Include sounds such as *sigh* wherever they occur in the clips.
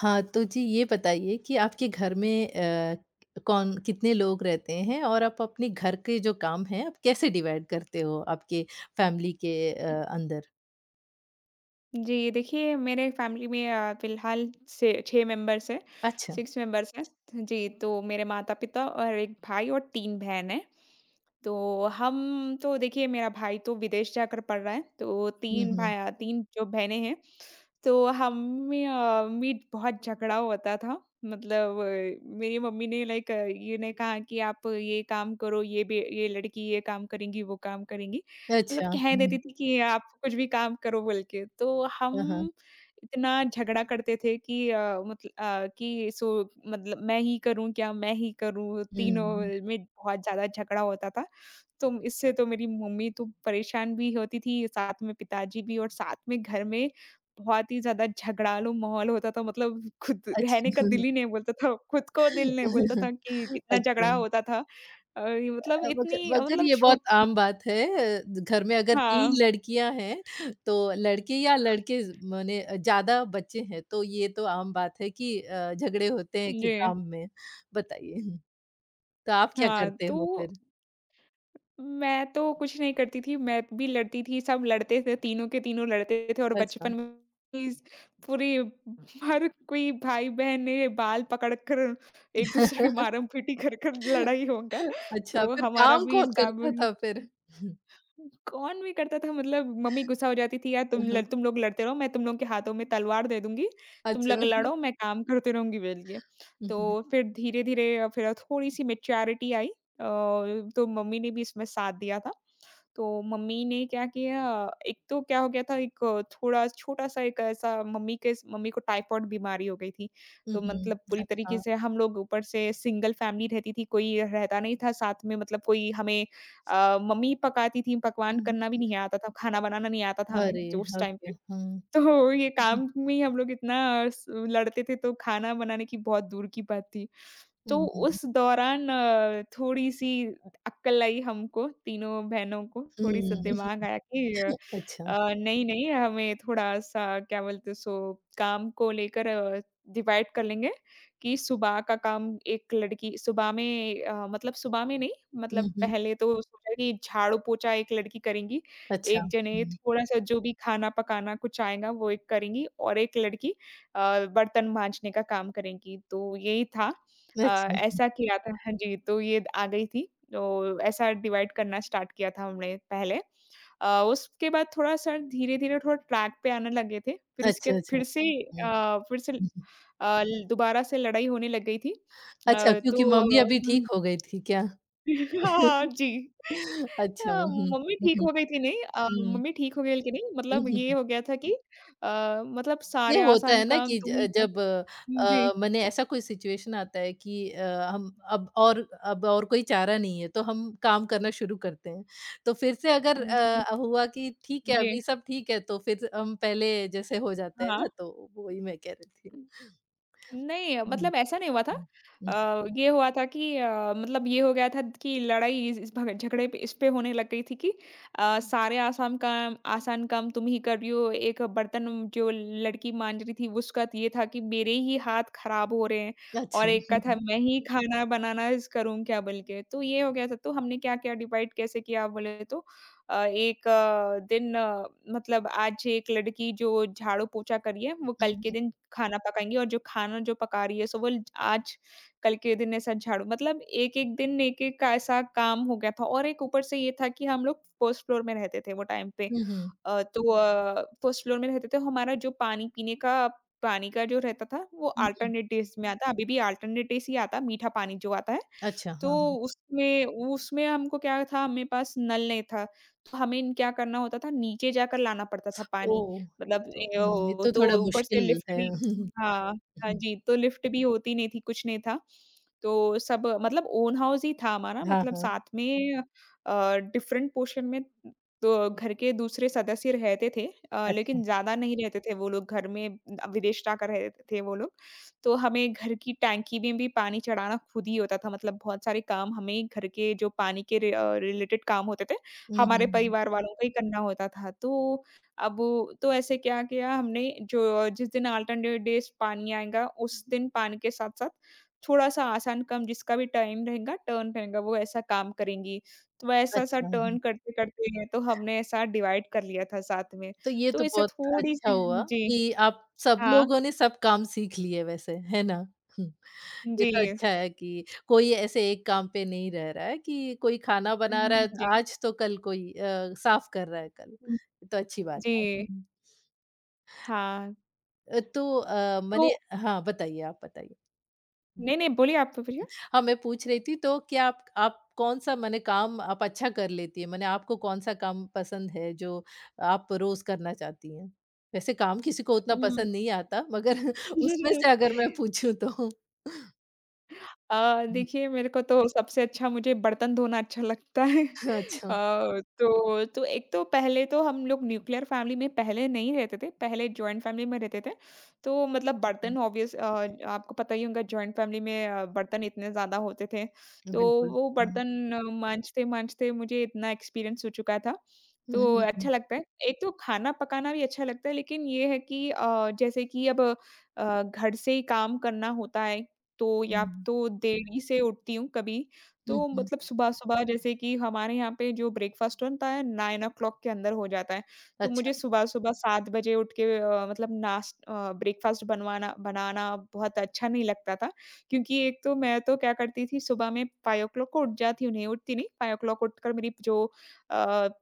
हाँ, तो जी ये बताइए कि आपके घर में कौन कितने लोग रहते हैं और आप अपने घर के जो काम हैं आप कैसे डिवाइड करते हो आपके फैमिली के अंदर? जी, देखिए मेरे फैमिली में फ़िलहाल से 6 मेंबर्स हैं, अच्छा। 6 मेंबर्स हैं। जी, तो मेरे माता-पिता और 1 भाई और 3 बहन हैं। तो हम तो देखिए मेरा भाई तो विदेश जाकर पढ़ रहा है, तो हुँ, 3 हुँ। भाई 3 जो बहनें हैं, तो हम में बहुत झगड़ा होता था। मतलब मेरी मम्मी ने लाइक ये ने कहा कि आप ये काम करो, ये लड़की ये काम करेंगी, वो काम करेंगी। मतलब अच्छा। कह हुँ, देती हुँ। थी कि आप कुछ भी काम करो बोल के, तो हाँ, हाँ। हम इतना झगड़ा करते थे कि मतलब मैं ही करूँ क्या, मैं ही करूँ, तीनों हुँ, में बहुत ज़्यादा झगड़ा होता था। तो इससे तो मेरी मम्मी तो परेशान भी होती थी, साथ में पिताजी भी और साथ में घर में बहुत ही ज़्यादा झगड़ालू माहौल होता था, मतलब खुद रहने का अच्छा। दिल ही नहीं बोलता था, खुद को दिल नहीं बोलता था कि *laughs* इतना अच्छा। झगड़ा होता था। ये मतलब मगर इतनी अ, मगर मतलब ये छोट बहुत आम बात है, घर में अगर 3 हाँ, लड़कियाँ हैं, तो लड़के माने ज़्यादा बच्चे हैं, तो ये तो आम बात है कि झगड़े होते हैं कि जी। काम में। बताइए? हुँ, तो आप क्या हाँ, करते हो फिर? तो मैं तो कुछ नहीं करती थी, मैं भी लड़ती थी, सब लड़ते थे, तीनों के तीनों लड़ते थे और अच्छा। बचपन में इस पूरी हर कोई भाई-बहन ने बाल पकड़ कर एक-दूसरे के *laughs* मारम-पीटी कर-कर लड़ा ही होगा। अच्छा, तो फिर हमारा काम भी कौन सब करता था फिर? हुँ, कौन भी करता था मतलब मम्मी गुस्सा हो जाती थी यार हुँ, तुम लोग लड़ते रहो, मैं तुम लोग के हाथों में तलवार दे दूँगी, तुम अच्छा। लोग हुँ, लड़ो मैं काम करती रहूँगी बोल के। हुँ, तो फिर धीरे-धीरे फिर थोड़ी-सी मैच्योरिटी आई तो मम्मी ने भी इसमें साथ दिया था। तो मम्मी ने क्या किया एक तो क्या हो गया था एक थोड़ा छोटा-सा एक ऐसा मम्मी को टाइफाइड बीमारी हो गई थी। हुँ, तो हुँ, मतलब पूरी तरीके अच्छा। से हम लोग ऊपर से सिंगल फैमिली रहती थी, कोई रहता नहीं था साथ में मतलब कोई हमें मम्मी पकाती थी, पकवान हुँ, करना भी नहीं आता था, खाना बनाना नहीं आता था हमें अरे! जो उस टाइम ओके, पे। हुँ, तो ये हुँ, काम में ही हम लोग इतना स लड़ते थे तो खाना बनाने की बहुत दूर की बात थी। हुँ, तो हुँ, उस दौरान थोड़ी-सी अक्कल आई हमको, तीनों बहनों को, थोड़ी-सा हुँ। दिमाग आया कि अच्छा। नहीं-नहीं हमें थोड़ा-सा क्या बोलते काम को लेकर डिवाइड कर लेंगे कि सुबह का काम एक लड़की सुबह में मतलब सुबह में नहीं मतलब हुँ, हुँ, पहले तो सोचा कि झाड़ू-पोंछा एक लड़की करेंगी, अच्छा, एक जने हुँ, थोड़ा-सा जो भी खाना-पकाना कुछ आएगा वो एक करेंगी और एक लड़की बर्तन माँजने का काम करेंगी। तो यही था अ, अच्छा। ऐसा किया था हाँ जी, तो ये आ गई थी, तो ऐसा डिवाइड करना स्टार्ट किया था हमने पहले। उसके बाद थोड़ा-सा धीरे-धीरे थोड़ा ट्रैक पे आने लगे थे, फिर उसके अच्छा, बाद अच्छा। हुँ, फिर से अ, हुँ, ल दोबारा से लड़ाई होने लग गई थी। अच्छा क्योंकि तो मम्मी अभी हुँ। ठीक हो गई थी क्या? *laughs* हाँ *laughs* जी। अच्छा, हाँ, हुँ, हुँ, मम्मी हुँ, ठीक हुँ, हो गई थी नहीं हुँ, मम्मी ठीक हो गई लेकिन नहीं हुँ, मतलब हुँ, ये हुँ। हो गया था कि मतलब सारे नहीं होता आसान है ना काम कि ज तुम ही कर जब जी। माने ऐसा कोई सिचुएशन आता है कि हम अब और कोई चारा नहीं है, तो हम काम करना शुरू करते हैं। तो फिर से अगर हुँ, हुँ, हुआ कि ठीक है, जी, अभी सब ठीक है, तो फिर हम पहले जैसे हो जाते हैं हाँ। ना, तो वही मैं कह रही थी। नहीं, हुँ, मतलब ऐसा नहीं हुआ था। हुँ, हुँ। ये हुआ था कि मतलब ये हो गया था कि लड़ाई इस भग झगड़े पे इस पे होने लग गई थी कि सारे आसाम काम आसान काम तुम ही कर रही हो। एक बर्तन जो लड़की मांज रही थी, उसका ये था कि मेरे ही हाथ खराब हो रहे हैं और अच्छा। एक का था हुँ, मैं ही खाना बनाना इस करूँ क्या बोल के। तो ये हो गया था, तो हमने क्या-क्या डिवाइड कैसे किया बोले तो एक दिन मतलब आज एक लड़की जो झाड़ू पोछा करी है, वो कल के हुँ, दिन खाना पकाएँगी और जो खाना जो पका रही है, सो वो ल आज कल के दिन ऐसा झाड़ू मतलब एक-एक दिन एक-एक का ऐसा काम हो गया था और एक ऊपर से ये था कि हम लोग फर्स्ट फ्लोर में रहते थे वो टाइम पे। हुँ, हुँ, हुँ, तो फर्स्ट फ्लोर में रहते थे, हमारा जो पानी पीने का पानी का जो रहता था, वो हुँ। अल्टरनेट डेज़ में आता, अभी भी अल्टरनेट डेज़ ही आता, मीठा पानी जो आता है। अच्छा, तो हाँ। उसमें उसमें हमको क्या था, हमें पास नल नहीं था, तो हमें क्या करना होता था, नीचे जाकर लाना पड़ता था पानी। ओह! ये मतलब तो ए ओ तो थोड़ा ऊपर से मुश्किल लिफ्ट है। भी *laughs* हाँ, हाँ हुँ, जी, तो लिफ्ट भी होती नहीं थी, कुछ नहीं था। तो सब मतलब ओन हाउस ही था हमारा, हाँ, मतलब हाँ, साथ में डिफरेंट पोर्शन में तो घर के दूसरे सदस्य रहते थे अच्छा। लेकिन ज़्यादा नहीं रहते थे वो लोग घर में विदेश जाकर रहते थे वो लोग। तो हमें घर की टैंकी में भी पानी चढ़ाना खुद ही होता था मतलब बहुत सारे काम हमें घर के जो पानी के रिलेटेड काम होते थे, हुँ, हुँ, हमारे हुँ। परिवार वालों को ही करना होता था। तो अब तो ऐसे क्या किया हमने जो जिस दिन अल्टरनेट डेज़ पानी आएगा उस दिन पानी के साथ-साथ थोड़ा-सा आसान काम जिसका भी टाइम रहेगा, टर्न रहेगा वो ऐसा काम करेंगी। तो ऐसा ऐसा अच्छा, हुँ। टर्न करते-करते तो हमने ऐसा डिवाइड कर लिया था साथ में। तो ये तो तो इससे बहुत अच्छा थोड़ी-सी हुआ जी। कि आप सब हाँ। लोगों ने सब काम सीख लिए वैसे, है ना? हुँ, ये जी। तो अच्छा है कि कोई ऐसे एक काम पे नहीं रह रहा है कि कोई खाना बना रहा हुँ। है जी। आज तो कल कोई साफ कर रहा है कल। हम्म, ये तो अच्छी बात है। जी। हुँ। हाँ। तो तो मने हाँ, बताइए आप बताइए। नहीं, नहीं बोलिए आप तो बोलिए। हाँ, मैं पूछ रही थी, तो क्या आप कौन-सा मने काम आप अच्छा कर लेती हैं? मने आपको कौन-सा काम पसंद है, जो आप रोज़ करना चाहती हैं? वैसे काम किसी को उतना हुँ। पसंद नहीं आता मगर *laughs* उसमें से अगर *laughs* मैं पूछूँ तो? *laughs* हुँ, देखिए मेरे को तो सबसे अच्छा मुझे बर्तन धोना अच्छा लगता है। *laughs* अच्छा। तो एक तो पहले तो हम लोग न्यूक्लियर फैमिली में पहले नहीं रहते थे, पहले जॉइंट फैमिली में रहते थे। तो मतलब बर्तन ऑब्वियस आपको पता ही होगा जॉइंट फैमिली में बर्तन इतने ज़्यादा होते थे। हुँ, तो बिल्कुल। वो हुँ। बर्तन माँजते-माँजते मुझे इतना एक्सपीरियंस हो चुका था, हुँ, तो हुँ, अच्छा हुँ। लगता है। एक तो खाना पकाना भी अच्छा लगता है लेकिन ये है कि जैसे कि अब घर से ही काम करना होता है तो या हुँ, तो देरी से उठती हूँ कभी, हुँ, तो हुँ। मतलब सुबह-सुबह जैसे कि हमारे यहाँ पे जो ब्रेकफ़ास्ट होता है 9 ओ क्लॉक के अंदर हो जाता है। तो अच्छा। मुझे सुबह-सुबह 7 बजे उठ के मतलब ब्रेकफ़ास्ट बनवाना बनाना बहुत अच्छा नहीं लगता था, क्योंकि एक तो मैं तो क्या करती थी सुबह में 5 ओ क्लॉक को उठ जाती हूँ, नहीं उठती नहीं, 5 ओ क्लॉक उठकर मेरी जो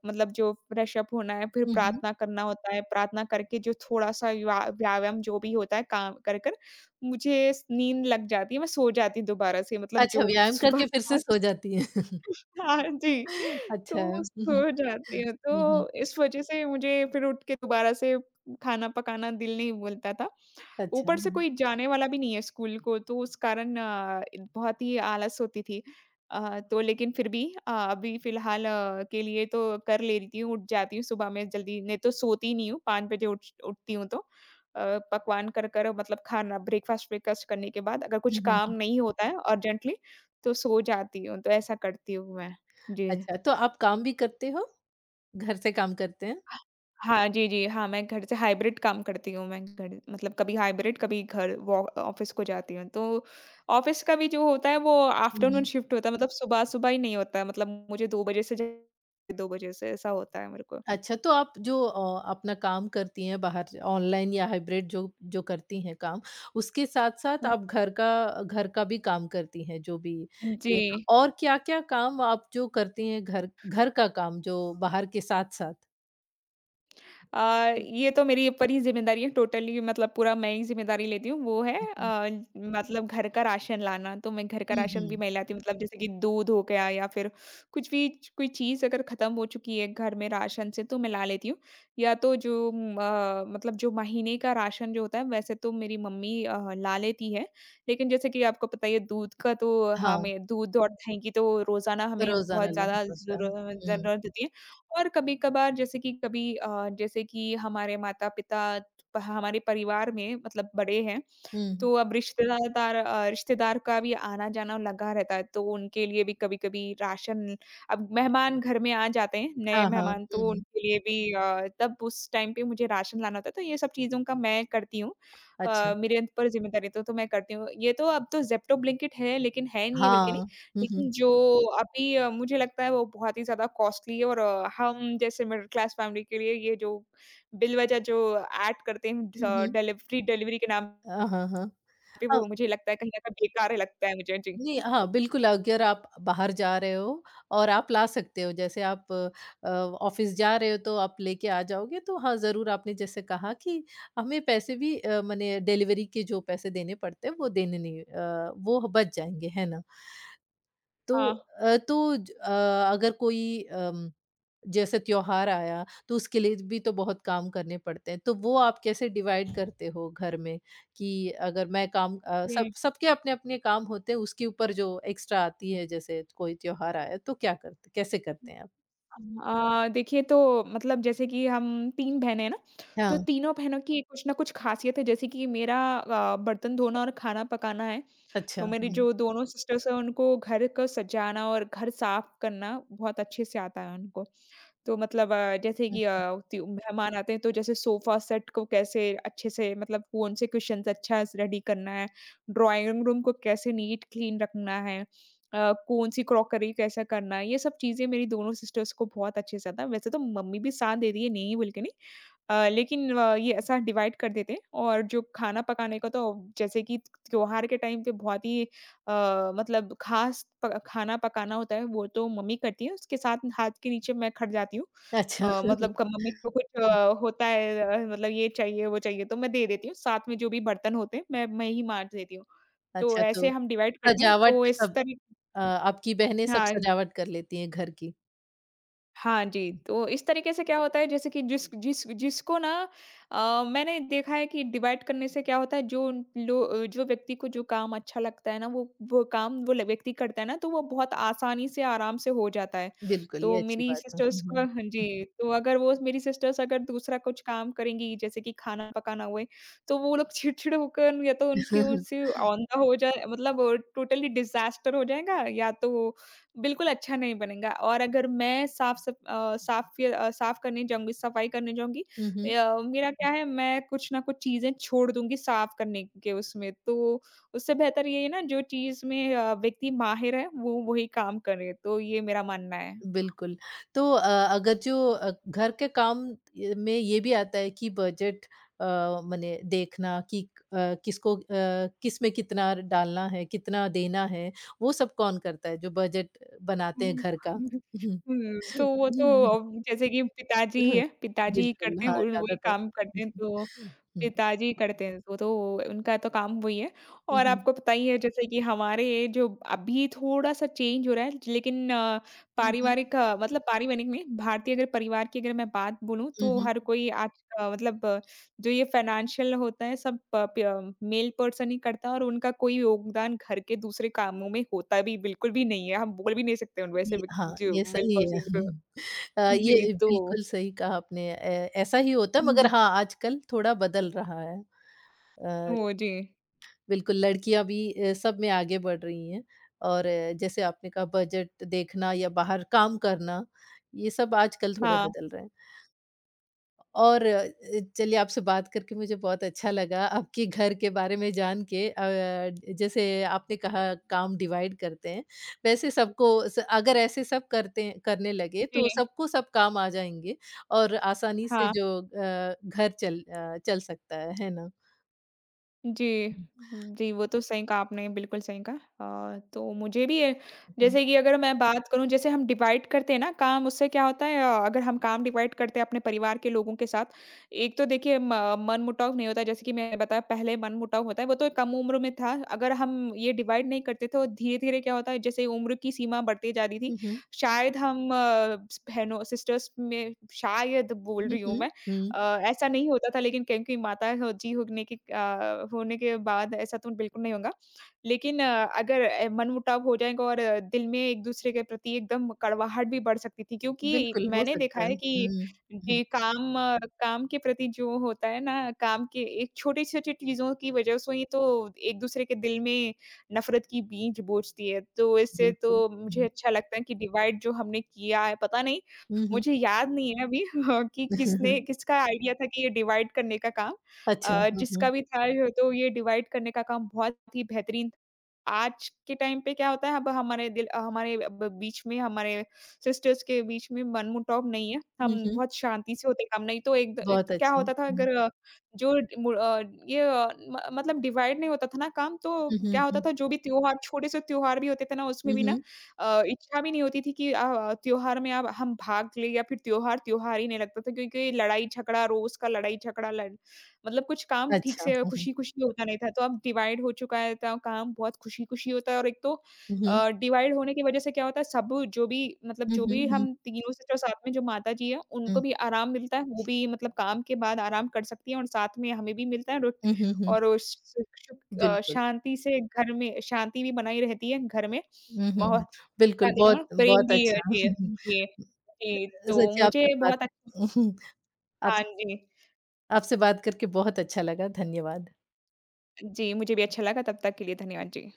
मतलब जो फ्रेश अप होना है, फिर हुँ, हुँ। प्रार्थना करना होता है, प्रार्थना करके जो थोड़ा-सा व्या व्यायाम जो भी होता है काम कर-कर मुझे स नींद लग जाती है, मैं सो जाती हूँ दोबारा से मतलब अच्छा, जो व्यायाम सुबह करके फिर से 5 *laughs* सो जाती हैं। हाँ जी, *laughs* अच्छा। तो हुँ, हुँ। सो जाती हूँ, हुँ, हुँ। तो इस वज़ह से मुझे फिर उठ के दोबारा से खाना पकाना दिल नहीं बोलता था। अच्छा। ऊपर से हुँ, कोई जाने वाला भी नहीं है स्कूल को, तो उस कारण बहुत ही आलस होती थी। तो लेकिन फिर भी अभी फ़िलहाल के लिए तो कर लेती हूँ, उठ जाती हूँ सुबह में जल्दी, नहीं तो सोती ही नहीं हूँ, 5 बजे उठ उठती हूँ तो। पकवान कर कर मतलब खाना ब्रेकफ़ास्ट-व्रेकफ़ास्ट करने के बाद अगर कुछ हुँ, काम हुँ। नहीं होता है अर्जेंटली, तो सो जाती हूँ, तो ऐसा करती हूँ मैं। जी। अच्छा, तो आप काम भी करते हो? घर से काम करते हैं? ह हाँ, जी, जी। हाँ, मैं घर से हाइब्रिड काम करती हूँ मैं घर मतलब कभी हाइब्रिड, कभी घर वॉ ऑफ़िस को जाती हूँ। तो ऑफ़िस का भी जो होता है वो हुँ, आफ्टरनून हुँ। शिफ्ट होता है मतलब सुबह-सुबह ही नहीं होता है मतलब मुझे 2 बजे से 2 बजे से ऐसा होता है मेरे को। अच्छा, तो आप जो अपना काम करती हैं बाहर ऑनलाइन या हाइब्रिड, जो जो करती हैं काम, उसके साथ-साथ हुँ। आप घर का भी काम करती हैं, जो भी ये, जी। और क्या-क्या काम आप जो करती हैं घर घर का काम जो बाहर के साथ-साथ? हुँ, ये तो मेरी ऊपर ही ज़िम्मेदारी है टोटली मतलब पूरा मैं ही ज़िम्मेदारी लेती हूँ, वो है हुँ, मतलब घर का राशन लाना, तो मैं घर का हुँ, राशन भी हुँ। मैं लाती हूँ मतलब जैसे कि दूध हो गया या फिर कुछ भी कोई चीज़ अगर ख़त्म हो चुकी है घर में राशन से तो मैं ला लेती हूँ। या तो जो मतलब जो महीने का राशन जो होता है वैसे तो मेरी मम्मी ला लेती है, लेकिन जैसे कि आपको पता ही है दूध का तो हाँ, हमें दूध और दही की तो रोज़ाना हमें रोज़ाना बहुत लाना ज़्यादा पड़ता है। हुँ, ज़रूरत होती है। और कभी-कभार जैसे कि कभी जैसे कि हमारे माता-पिता, हमारे परिवार में मतलब बड़े हैं, हुँ। तो अब रिश्तेदार का भी आना-जाना लगा रहता है, तो उनके लिए भी कभी-कभी राशन अब मेहमान घर में आ जाते हैं, नए हाँ, हाँ। मेहमान, तो हुँ, उनके लिए भी तब उस टाइम पे मुझे राशन लाना होता है, तो ये सब चीज़ों का मैं करती हूँ। अच्छा। मेरे अंत पर ज़िम्मेदारी तो मैं करती हूँ। ये तो अब तो ज़ेप्टो, ब्लिंकिट है, लेकिन है नहीं है बल्कि नहीं, हाँ। हुँ, हुँ। लेकिन जो अभी मुझे लगता है वो बहुत ही ज़्यादा कॉस्टली है और हम जैसे मिडल क्लास फैमिली के लिए ये जो बिलवज़ह जो ऐड करते हैं ड हुँ, अ, हुँ। डिलिव फ्री डिलीवरी के नाम हाँ, हाँ। पे वो मुझे लगता है कहीं न कहीं बेकार ही लगता है मुझे। जी। जी, हाँ, बिल्कुल अगर आप बाहर जा रहे हो और आप ला सकते हो, जैसे आप ऑफ़िस जा रहे हो तो आप लेके आ जाओगे, तो हाँ, ज़रूर आपने जैसे कहा कि हमें पैसे भी मने डिलिवरी के जो पैसे देने पड़ते हैं, वो देने नहीं, वो बच जाएँगे, है ना? तो हाँ। अ, तो ज अ, अगर कोई अम, जैसे त्योहार आया, तो उसके लिए भी तो बहुत काम करने पड़ते हैं। तो वो आप कैसे डिवाइड करते हो घर में कि अगर मैं काम, सब जी। सबके अपने-अपने काम होते हैं, उसके ऊपर जो एक्स्ट्रा आती है जैसे कोई त्योहार आया, तो क्या करते, कैसे करते हैं आप? देखिए तो मतलब जैसे कि हम 3 बहनें हैं ना, तो हाँ, तीनों बहनों की कुछ ना कुछ ख़ासियत है। जैसे कि मेरा बर्तन धोना और खाना पकाना है। अच्छा। तो मेरी हुँ, जो दोनों सिस्टर्स हैं उनको घर को सजाना और घर साफ़ करना बहुत अच्छे से आता है उनको। तो मतलब अ, जैसे हुँ। कि अ, त्यू मेहमान आते हैं तो जैसे सोफ़ा सेट को कैसे अच्छे से मतलब कौन से कुशन्स अच्छा स रेडी करना है, ड्राइंग रूम को कैसे नीट क्लीन रखना है, कौन-सी क्रॉकरी कैसा करना है, ये सब चीज़ें मेरी दोनों सिस्टर्स को बहुत अच्छे से आता है। वैसे तो मम्मी भी साथ देती है, नहीं बोल के नहीं लेकिन ये ऐसा डिवाइड कर देते हैं। और जो खाना पकाने का, तो जैसे कि त्योहार के टाइम पे बहुत ही ख़ास प खाना पकाना होता है वो तो मम्मी करती है, उसके साथ हाथ के नीचे मैं खट जाती हूँ। अच्छा। अ, *laughs* मतलब क मम्मी को कुछ होता है, ये चाहिए, वो चाहिए, तो मैं दे देती हूँ। साथ में जो भी बर्तन होते हैं मैं ही माँज देती हूँ। तो अच्छा, तो ऐसे हम डिवाइड करते हैं, तो सजावट इस सब, तरी आपकी बहनें सब हाँ। सजावट कर लेती हैं घर की। हाँ जी, तो इस तरीके से क्या होता है जैसे कि जिस जिस जिसको ना, मैंने देखा है कि डिवाइड करने से क्या होता है जो उन लो जो व्यक्ति को जो काम अच्छा लगता है ना, वो व्यक्ति करता है ना, तो वो बहुत आसानी से आराम से हो जाता है। बिल्कुल, तो ये अच्छी मेरी बात है। सिस्टर्स हुँ, को हुँ। हाँ जी, तो अगर वो मेरी सिस्टर्स अगर दूसरा कुछ काम करेंगी जैसे कि खाना पकाना हुए, तो वो लोग चिड़चिड़ होकर या तो उनकी हुँ, हुँ। उनसे औंधा हो जाए, मतलब टोटली डिजास्टर हो जाएगा या तो बिल्कुल अच्छा नहीं बनेगा। और अगर मैं साफ सफ अ, साफ या अ, साफ करने जाऊँगी, सफाई करने जाऊँगी, *laughs* मेरा क्या है, मैं कुछ ना कुछ चीज़ें छोड़ दूँगी साफ करने के उसमें। तो उससे बेहतर ये है ना, जो चीज़ में व्यक्ति माहिर है वो वही काम करे, तो ये मेरा मानना है। बिल्कुल। तो अगर जो घर के काम य में ये भी आता है कि बजट, अ, मने देखना कि अ, किसको, किस में कितना डालना है, कितना देना है, वो सब कौन करता है जो बजट बनाते हैं हुँ। घर का? हुँ, हुँ, तो वो तो हुँ, अब जैसे कि पिताजी ही हुँ, हैं, पिताजी ही बिल्कुल, करते हैं हाँ, और वही ज़्यादातर। काम करते हुँ, हैं, तो हुँ, पिताजी ही करते हैं, तो उनका तो काम वही है। हुँ, और हुँ, आपको पता ही है जैसे कि हमारे जो अभी थोड़ा-सा चेंज हो रहा है, लेकिन हुँ, पारिवारिक मतलब पारिवारिक नहीं, भारतीय अगर परिवार की अगर मैं बात बोलूँ, हुँ, तो हुँ, हर कोई आज अ, मतलब जो ये फाइनेंशियल होता है सब प प मेल पर्सन ही करता है, और उनका कोई योगदान घर के दूसरे कामों में होता भी बिल्कुल भी नहीं है। हम बोल भी नहीं सकते उन, वैसे ये भी हाँ, जो ये मेल सही है। पर्सन को हम्म। जी, ये तो बिल्कुल सही कहा आपने। ए ऐसा ही होता है मगर जी, हाँ, आजकल थोड़ा बदल रहा है। अ, वो जी। बिल्कुल लड़कियां भी सब में आगे बढ़ रही हैं और जैसे आपने कहा बजट देखना या बाहर काम करना, ये सब आजकल थोड़ा हाँ, बदल रहा है और चलिए, आपसे बात करके मुझे बहुत अच्छा लगा आपके घर के बारे में जान के। जैसे आपने कहा काम डिवाइड करते हैं, वैसे सबको, अगर ऐसे सब करते करने लगे तो जी, सबको सब काम आ जाएंगे और आसानी से हाँ। जो घर चल सकता है ना। जी, जी, वो तो सही कहा आपने, बिल्कुल सही कहा। तो मुझे भी ये हम्म, जैसे कि अगर मैं बात करूँ, जैसे हम डिवाइड करते हैं ना काम, उससे क्या होता है, अगर हम काम डिवाइड करते हैं अपने परिवार के लोगों के साथ, एक तो देखिए म मनमुटाव नहीं होता। जैसे कि मैंने बताया, पहले मनमुटाव होता है, वो तो कम उम्र में था। अगर हम ये डिवाइड नहीं करते तो धीरे-धीरे क्या होता है, जैसे उम्र की सीमा बढ़ती जा रही थी, हम्म, हम्म, शायद हम बहनों सिस्टर्स में शायद बोल हम्म, रही हूँ मैं, हम्म। ऐसा नहीं होता था लेकिन क्योंकि माता हो जी होने के अ, होने के बाद ऐसा तो बिल्कुल नहीं होगा। लेकिन अगर मनमुटाव हो जाएगा और दिल में एक-दूसरे के प्रति एकदम कड़वाहट भी बढ़ सकती थी, क्योंकि बिल्कुल, हो मैंने देखा सकता है। है कि हुँ, हुँ, जी, काम के प्रति जो होता है ना, काम के एक छोटी-छोटी चीज़ों की वजह से ही तो एक-दूसरे के दिल में नफ़रत की बीज बोझती है। तो इससे बिल्कुल। तो मुझे हुँ, अच्छा लगता है कि डिवाइड जो हमने किया है, पता नहीं हुँ, हुँ। मुझे याद नहीं है अभी *laughs* कि किसने *laughs* किसका आइडिया था कि ये डिवाइड करने का काम, अच्छा, हुँ, जिसका हुँ, भी था तो ये डिवाइड करने का काम बहुत ही बेहतरीन। आज के टाइम पे क्या होता है, अब हमारे दिल हमारे ब बीच में, हमारे सिस्टर्स के बीच में मनमुटाव नहीं है। हम हुँ, हुँ। बहुत शांति से होते हैं काम, नहीं तो एक बहुत तो क्या अच्छा। होता था, हुँ, अगर अ, जो ड- मु अ, ये अ, म मतलब डिवाइड नहीं होता था ना काम, तो हुँ, क्या हुँ, होता हुँ, था जो भी त्योहार, छोटे-से त्योहार भी होते थे ना उसमें हुँ, भी ना हुँ। इच्छा भी नहीं होती थी कि त्योहार में अब हम भाग ले, या फिर त्योहार त्योहार ही नहीं लगता था क्योंकि लड़ाई-झगड़ा रोज़ का लड़ाई-झगड़ा लड़ मतलब कुछ काम ठीक अच्छा, से हुँ, हुँ, खुशी-खुशी होता नहीं था। तो अब डिवाइड हो चुका है तो काम बहुत खुशी-खुशी होता है। और एक तो हुँ, हुँ, डिवाइड होने की वज़ह से क्या होता है, सब जो भी मतलब हुँ, जो भी हुँ, हम तीनों सिस्टर साथ में, जो माता जी हैं, उनको हुँ, भी आराम मिलता है, वो भी मतलब काम के बाद आराम कर सकती हैं, और साथ में हमें भी मिलता है रुट। हुँ, हुँ, हुँ, और उस सुख सुख अ, बिल्कुल। शांति से घर में शांति भी बनाई रहती है घर में, हुँ, हुँ, माहौल हुँ, बिल्कुल, शांति का मतलब बहुत प्रेम बहुत भी है अच्छा। जी, हुँ, हुँ। जी, जी, तो सच्ची मुझे आपसे बात बहुत अच्छा। *laughs* आपस हाँ जी। आपसे बात करके बहुत अच्छा लगा, धन्यवाद। जी, मुझे भी अच्छा लगा। तब तक के लिए धन्यवाद जी।